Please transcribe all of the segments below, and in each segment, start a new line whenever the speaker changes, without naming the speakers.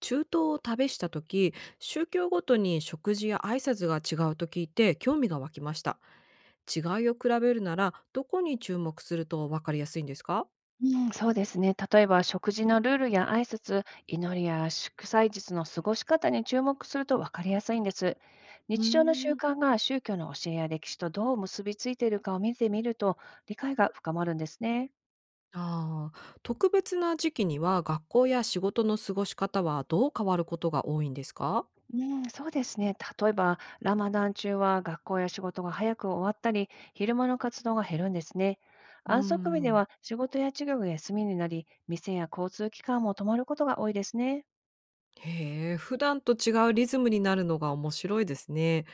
中東を旅した時、宗教ごとに食事や挨拶が違うと聞いて興味が湧きました。違いを比べるならどこに注目すると分かりやすいんですか？
うん、そうですね。例えば、食事のルールや挨拶、祈りや祝祭日の過ごし方に注目すると分かりやすいんです。
うー
日常の習
ん。
慣が宗教の教えや歴史とどう結びついているかを見てみると、理解が深まるんですね。
ああー、特別な時期には学校や仕事の過ごし方はどう変わることが多いんですか？
うん、そうですね。例えば、ラマダン中は学校や仕事が早く終わったり、昼間の活動が減るんですね。
うー
安息日で
ん。
は仕事や授業が休みになり、店や交通機関も止まることが多いですね。
へえ、普段と違うリズムになるのが面白いですね。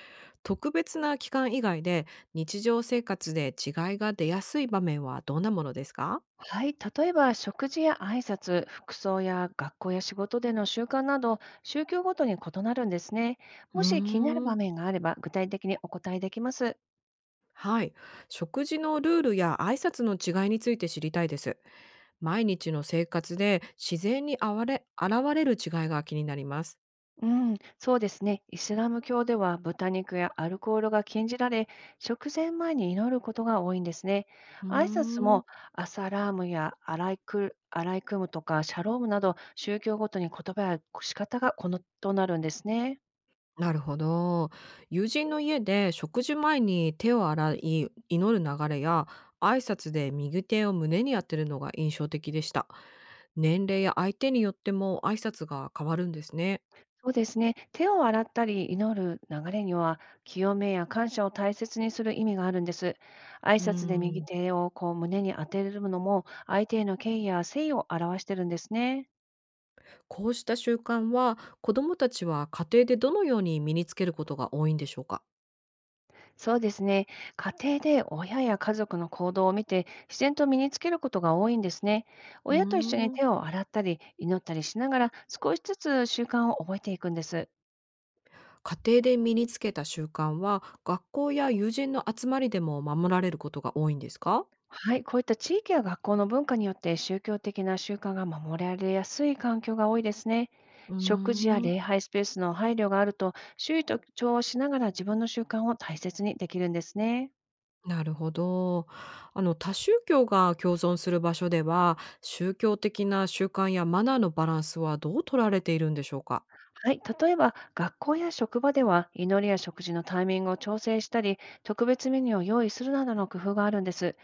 特別な期間以外で、日常生活で違いが出やすい場面はどんなものですか？
はい、例えば食事や挨拶、服装や学校や仕事での習慣など、宗教ごとに異なるんですね。
う
もし気になる
ー
場
ん。
面があれば、具体的にお答えできます。
はい。食事のルールや挨拶の違いについて知りたいです。毎日の生活で自然にあわれ現れる違いが気になります。
うん、そうですね。イスラム教では豚肉やアルコールが禁じられ、食前に祈ることが多いんですね。
う
挨拶
ーん。
もアサラームやアライクムとかシャロームなど、宗教ごとに言葉や仕方が異なるんですね。
なるほど。友人の家で食事前に手を洗い祈る流れや、挨拶で右手を胸に当てるのが印象的でした。年齢や相手によっても挨拶が変わるんですね。
そうですね。手を洗ったり祈る流れには、清めや感謝を大切にする意味があるんです。挨
うー
拶で右
ん。
手を胸に当てるのも、相手への敬意や誠意を表してるんですね。
こうした習慣は、子どもたちは家庭でどのように身につけることが多いんでしょうか？
そうですね。家庭で親や家族の行動を見て、自然と身につけることが多いんですね。
う
親と一緒に
ーん。
手を洗ったり祈ったりしながら、少しずつ習慣を覚えていくんです。
家庭で身につけた習慣は、学校や友人の集まりでも守られることが多いんですか？
はい、こういった地域や学校の文化によって宗教的な習慣が守られやすい環境が多いですね。
う
食事や
ーん。
礼拝スペースの配慮があると、周囲と調和しながら自分の習慣を大切にできるんですね。
なるほど。あの、多宗教が共存する場所では、宗教的な習慣やマナーのバランスはどう取られているんでしょうか？
はい、例えば学校や職場では祈りや食事のタイミングを調整したり、特別メニューを用意するなどの工夫があるんです。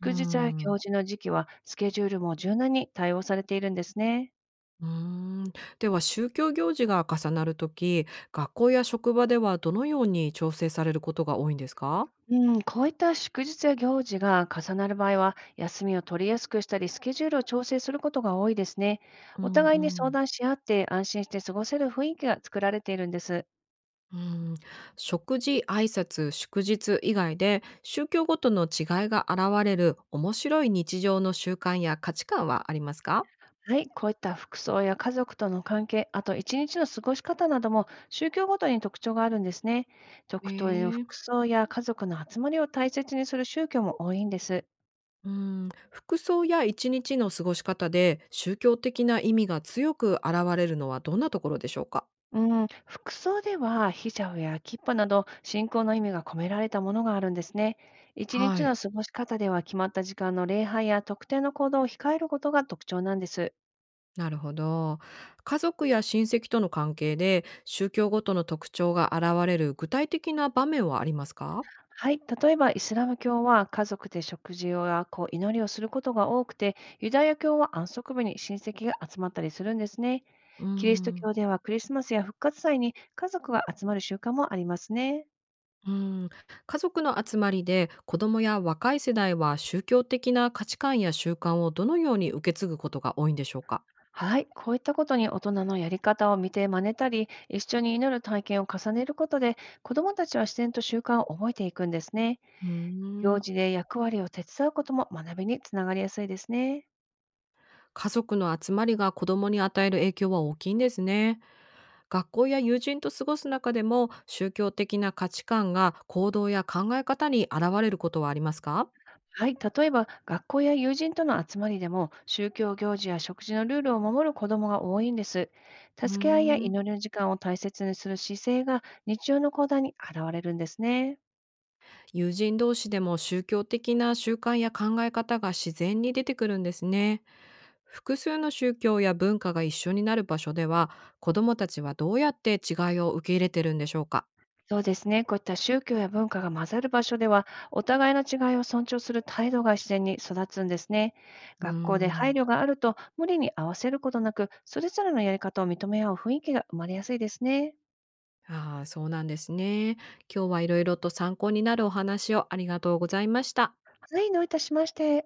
うー
日や
ん。
行事の時期はスケジュールも柔軟に対応されているんですね。
うーん。では、宗教行事が重なるとき、学校や職場ではどのように調整されることが多いんですか？
うん、こういった祝日や行事が重なる場合は、休みを取りやすくしたり、スケジュールを調整することが多いですね。
う
お
ん
互いに
う
相
ん。
談し合って、安心して過ごせる雰囲気が作られているんです。
うん、食事、挨拶、祝日以外で宗教ごとの違いが現れる面白い日常の習慣や価値観はありますか？
はい、こういった服装や家族との関係、あと一日の過ごし方なども宗教ごとに特徴があるんですね。特等の
ええ。
服装や家族の集まりを大切にする宗教も多いんです。
うん、服装や一日の過ごし方で宗教的な意味が強く現れるのはどんなところでしょうか？
うん、服装ではヒジャブやキッパなど信仰の意味が込められたものがあるんですね。一
は
日
い。
の過ごし方では決まった時間の礼拝や特定の行動を控えることが特徴なんです。
なるほど。家族や親戚との関係で宗教ごとの特徴が現れる具体的な場面はありますか？
はい、例えばイスラム教は家族で食事をやこう祈りをすることが多くて、ユダヤ教は安息日に親戚が集まったりするんですね。
うー
キリスト
ん。
教ではクリスマスや復活祭に家族が集まる習慣もありますね。
うーん、家族の集まりで子供や若い世代は宗教的な価値観や習慣をどのように受け継ぐことが多いんでしょうか？
はい、こういったことに大人のやり方を見て真似たり、一緒に祈る体験を重ねることで、子どもたちは自然と習慣を覚えていくんですね。
うー
行
ん。
事で役割を手伝うことも学びにつながりやすいですね。
家族の集まりが子供に与える影響は大きいんですね。学校や友人と過ごす中でも宗教的な価値観が行動や考え方に現れることはありますか？
はい、例えば学校や友人との集まりでも、宗教行事や食事のルールを守る子どもが多いんです。
う
助け合いや
ーん。
祈りの時間を大切にする姿勢が日常の行動に現れるんですね。
友人同士でも宗教的な習慣や考え方が自然に出てくるんですね。複数の宗教や文化が一緒になる場所では、子どもたちはどうやって違いを受け入れてるんでしょうか？
そうですね。こういった宗教や文化が混ざる場所では、お互いの違いを尊重する態度が自然に育つんですね。
うー
学校で配
ん。
慮があると、無理に合わせることなく、それぞれのやり方を認め合う雰囲気が生まれやすいですね。
ああ、そうなんですね。今日はいろいろと参考になるお話をありがとうございました。
はい、どういたしまして。